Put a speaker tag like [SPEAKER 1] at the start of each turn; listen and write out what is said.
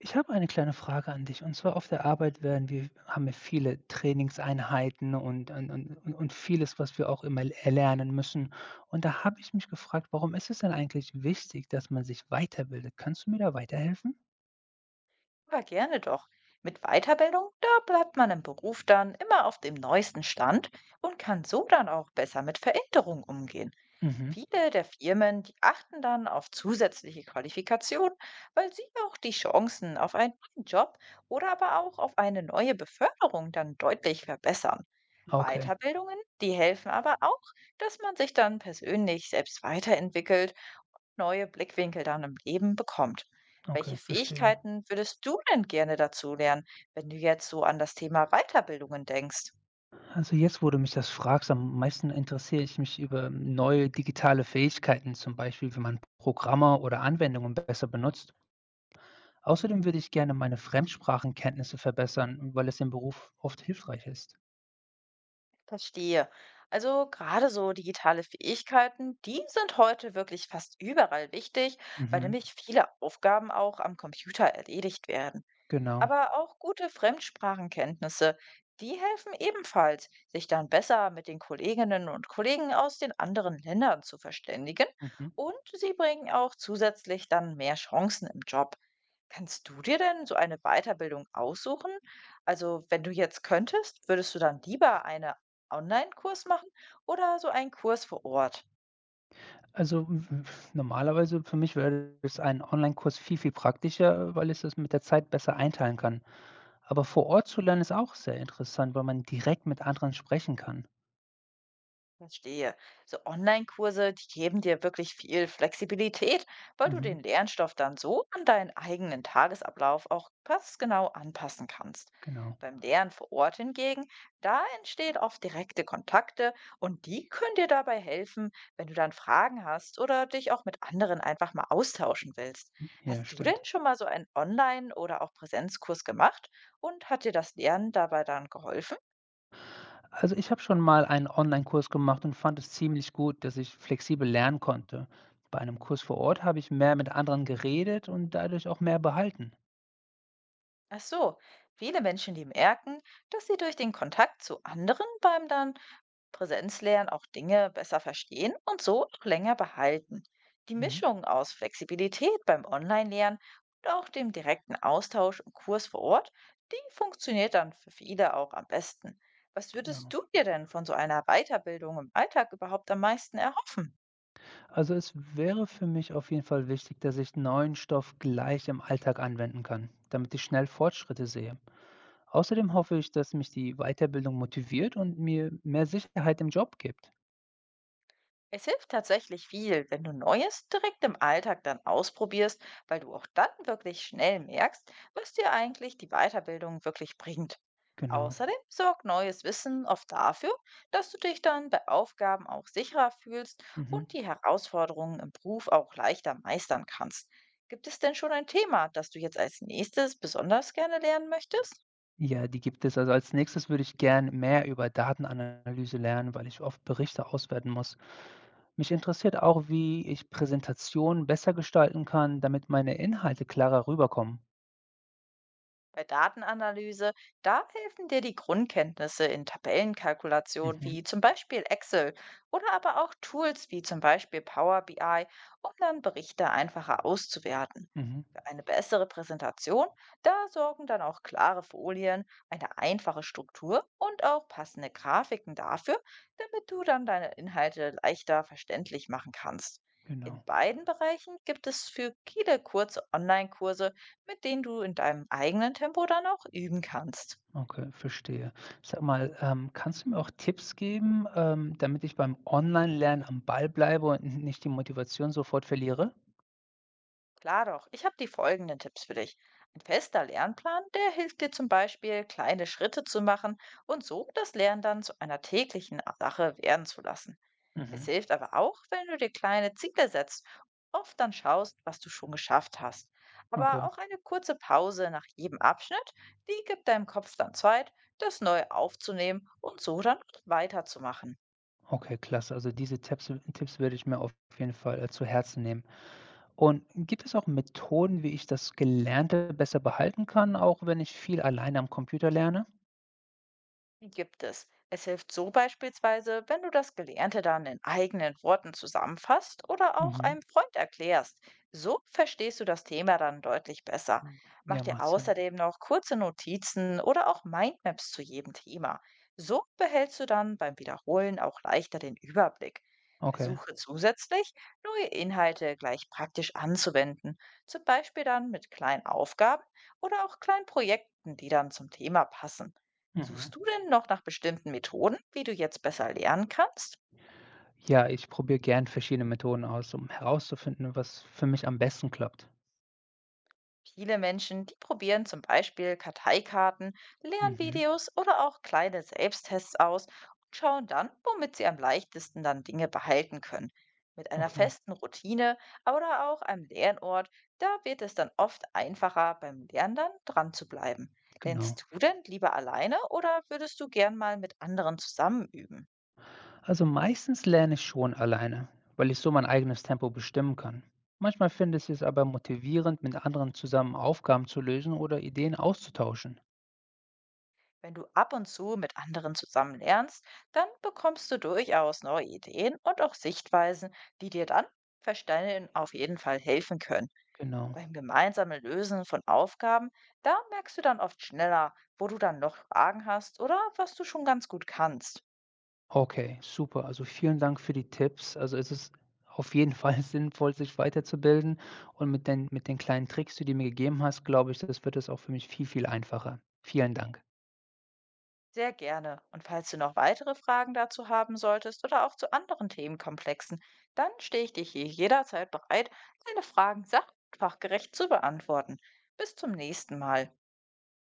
[SPEAKER 1] Ich habe eine kleine Frage an dich. Und zwar auf der Arbeit werden wir, haben wir viele Trainingseinheiten und vieles, was wir auch immer erlernen müssen. Und da habe ich mich gefragt, warum ist es denn eigentlich wichtig, dass man sich weiterbildet? Kannst du mir da weiterhelfen?
[SPEAKER 2] Aber gerne doch. Mit Weiterbildung, da bleibt man im Beruf dann immer auf dem neuesten Stand und kann so dann auch besser mit Veränderungen umgehen.
[SPEAKER 1] Mhm.
[SPEAKER 2] Viele der Firmen, die achten dann auf zusätzliche Qualifikationen, weil sie auch die Chancen auf einen neuen Job oder aber auch auf eine neue Beförderung dann deutlich verbessern.
[SPEAKER 1] Okay,
[SPEAKER 2] Weiterbildungen, die helfen aber auch, dass man sich dann persönlich selbst weiterentwickelt neue Blickwinkel dann im Leben bekommt.
[SPEAKER 1] okay,
[SPEAKER 2] Welche
[SPEAKER 1] verstehe.
[SPEAKER 2] Fähigkeiten würdest du denn gerne dazu lernen, wenn du jetzt so an das Thema Weiterbildungen denkst?
[SPEAKER 1] Also jetzt, wo du mich das fragst, am meisten interessiere ich mich über neue digitale Fähigkeiten, zum Beispiel, wie man Programme oder Anwendungen besser benutzt. Außerdem würde ich gerne meine Fremdsprachenkenntnisse verbessern, weil es im Beruf oft hilfreich ist.
[SPEAKER 2] Verstehe. Also gerade so digitale Fähigkeiten, die sind heute wirklich fast überall wichtig, weil
[SPEAKER 1] Mhm,
[SPEAKER 2] nämlich viele Aufgaben auch am Computer erledigt werden.
[SPEAKER 1] genau.
[SPEAKER 2] Aber auch gute Fremdsprachenkenntnisse, die helfen ebenfalls, sich dann besser mit den Kolleginnen und Kollegen aus den anderen Ländern zu verständigen
[SPEAKER 1] Mhm.
[SPEAKER 2] und sie bringen auch zusätzlich dann mehr Chancen im Job. Kannst du dir denn so eine Weiterbildung aussuchen? Also wenn du jetzt könntest, würdest du dann lieber einen Online-Kurs machen oder so einen Kurs vor Ort?
[SPEAKER 1] Also, w normalerweise für mich wäre es ein Online-Kurs viel, viel praktischer, weil ich das mit der Zeit besser einteilen kann. Aber vor Ort zu lernen ist auch sehr interessant, weil man direkt mit anderen sprechen kann.
[SPEAKER 2] Verstehe. So Online-Kurse, die geben dir wirklich viel Flexibilität, weil du
[SPEAKER 1] Mhm,
[SPEAKER 2] den Lernstoff dann so an deinen eigenen Tagesablauf auch passgenau anpassen kannst.
[SPEAKER 1] genau.
[SPEAKER 2] Beim Lernen vor Ort hingegen, da entstehen oft direkte Kontakte und die können dir dabei helfen, wenn du dann Fragen hast oder dich auch mit anderen einfach mal austauschen willst.
[SPEAKER 1] Ja,
[SPEAKER 2] Hast du denn
[SPEAKER 1] stimmt.
[SPEAKER 2] schon mal so einen Online- oder auch Präsenzkurs gemacht und hat dir das Lernen dabei dann geholfen?
[SPEAKER 1] Also, ich habe schon mal einen Online-Kurs gemacht und fand es ziemlich gut, dass ich flexibel lernen konnte. Bei einem Kurs vor Ort habe ich mehr mit anderen geredet und dadurch auch mehr behalten.
[SPEAKER 2] Ach so, viele Menschen, die merken, dass sie durch den Kontakt zu anderen beim dann Präsenzlernen auch Dinge besser verstehen und so auch länger behalten. Die
[SPEAKER 1] Mhm,
[SPEAKER 2] Mischung aus Flexibilität beim Online-Lernen und auch dem direkten Austausch im Kurs vor Ort, die funktioniert dann für viele auch am besten. Was würdest
[SPEAKER 1] genau.
[SPEAKER 2] du dir denn von so einer Weiterbildung im Alltag überhaupt am meisten erhoffen?
[SPEAKER 1] Also, es wäre für mich auf jeden Fall wichtig, dass ich neuen Stoff gleich im Alltag anwenden kann, damit ich schnell Fortschritte sehe. Außerdem hoffe ich, dass mich die Weiterbildung motiviert und mir mehr Sicherheit im Job gibt.
[SPEAKER 2] Es hilft tatsächlich viel, wenn du Neues direkt im Alltag dann ausprobierst, weil du auch dann wirklich schnell merkst, was dir eigentlich die Weiterbildung wirklich bringt.
[SPEAKER 1] Genau.
[SPEAKER 2] Außerdem sorgt neues Wissen oft dafür, dass du dich dann bei Aufgaben auch sicherer fühlst und
[SPEAKER 1] Mhm.
[SPEAKER 2] die Herausforderungen im Beruf auch leichter meistern kannst. Gibt es denn schon ein Thema, das du jetzt als nächstes besonders gerne lernen möchtest?
[SPEAKER 1] Ja, die gibt es. Also als nächstes würde ich gern mehr über Datenanalyse lernen, weil ich oft Berichte auswerten muss. Mich interessiert auch, wie ich Präsentationen besser gestalten kann, damit meine Inhalte klarer rüberkommen.
[SPEAKER 2] Bei Datenanalyse, da helfen dir die Grundkenntnisse in Tabellenkalkulation
[SPEAKER 1] Mhm,
[SPEAKER 2] wie zum Beispiel Excel oder aber auch Tools wie zum Beispiel Power BI, um dann Berichte einfacher auszuwerten.
[SPEAKER 1] mhm,
[SPEAKER 2] Für eine bessere Präsentation, da sorgen dann auch klare Folien, eine einfache Struktur und auch passende Grafiken dafür, damit du dann deine Inhalte leichter verständlich machen kannst.
[SPEAKER 1] genau.
[SPEAKER 2] In beiden Bereichen gibt es für viele kurze Online-Kurse mit denen du in deinem eigenen Tempo dann auch üben kannst.
[SPEAKER 1] Okay, verstehe. Sag mal, kannst du mir auch Tipps geben, damit ich beim Online-Lernen am Ball bleibe und nicht die Motivation sofort verliere?
[SPEAKER 2] Klar doch, ich habe die folgenden Tipps für dich. Ein fester Lernplan, der hilft dir zum Beispiel, kleine Schritte zu machen und so das Lernen dann zu einer täglichen Sache werden zu lassen. Es
[SPEAKER 1] Mhm.
[SPEAKER 2] hilft aber auch, wenn du dir kleine Ziele setzt, oft dann schaust, was du schon geschafft hast.
[SPEAKER 1] Okay,
[SPEAKER 2] Aber auch eine kurze Pause nach jedem Abschnitt, die gibt deinem Kopf dann Zeit, das neu aufzunehmen und so dann weiterzumachen.
[SPEAKER 1] okay, klasse. Also diese Tipps werde ich mir auf jeden Fall zu Herzen nehmen. Und gibt es auch Methoden, wie ich das Gelernte besser behalten kann, auch wenn ich viel alleine am Computer lerne?
[SPEAKER 2] Gibt es. Es hilft so beispielsweise, wenn du das Gelernte dann in eigenen Worten zusammenfasst oder auch
[SPEAKER 1] Mhm.
[SPEAKER 2] einem Freund erklärst. So verstehst du das Thema dann deutlich besser.
[SPEAKER 1] Hm,
[SPEAKER 2] Mach
[SPEAKER 1] ja,
[SPEAKER 2] dir
[SPEAKER 1] macht Sinn.
[SPEAKER 2] außerdem noch kurze Notizen oder auch Mindmaps zu jedem Thema. So behältst du dann beim Wiederholen auch leichter den Überblick.
[SPEAKER 1] Okay.
[SPEAKER 2] Versuche zusätzlich, neue Inhalte gleich praktisch anzuwenden, zum Beispiel dann mit kleinen Aufgaben oder auch kleinen Projekten, die dann zum Thema passen.
[SPEAKER 1] Mhm.
[SPEAKER 2] Suchst du denn noch nach bestimmten Methoden, wie du jetzt besser lernen kannst?
[SPEAKER 1] Ja, ich probiere gern verschiedene Methoden aus, um herauszufinden, was für mich am besten klappt.
[SPEAKER 2] Viele Menschen, die probieren zum Beispiel Karteikarten,
[SPEAKER 1] Mhm.
[SPEAKER 2] Lernvideos oder auch kleine Selbsttests aus und schauen dann, womit sie am leichtesten dann Dinge behalten können. Mit einer
[SPEAKER 1] Okay,
[SPEAKER 2] festen Routine oder auch einem Lernort, da wird es dann oft einfacher, beim Lernen dann dran zu bleiben.
[SPEAKER 1] genau.
[SPEAKER 2] Lernst du denn lieber alleine oder würdest du gern mal mit anderen zusammen üben?
[SPEAKER 1] Also meistens lerne ich schon alleine, weil ich so mein eigenes Tempo bestimmen kann. Manchmal finde ich es aber motivierend, mit anderen zusammen Aufgaben zu lösen oder Ideen auszutauschen.
[SPEAKER 2] Wenn du ab und zu mit anderen zusammen lernst, dann bekommst du durchaus neue Ideen und auch Sichtweisen, die dir dann verstanden auf jeden Fall helfen können.
[SPEAKER 1] Genau.
[SPEAKER 2] Beim gemeinsamen Lösen von Aufgaben, da merkst du dann oft schneller, wo du dann noch Fragen hast oder was du schon ganz gut kannst.
[SPEAKER 1] Okay, super. Also, vielen Dank für die Tipps. Also, es ist auf jeden Fall sinnvoll, sich weiterzubilden und mit den kleinen Tricks, die du mir gegeben hast, glaube ich, das wird es auch für mich viel, viel einfacher. Vielen Dank.
[SPEAKER 2] Sehr gerne. Und falls du noch weitere Fragen dazu haben solltest oder auch zu anderen Themenkomplexen, dann stehe ich dir hier jederzeit bereit, deine Fragen sach- und fachgerecht zu beantworten. Bis zum nächsten Mal.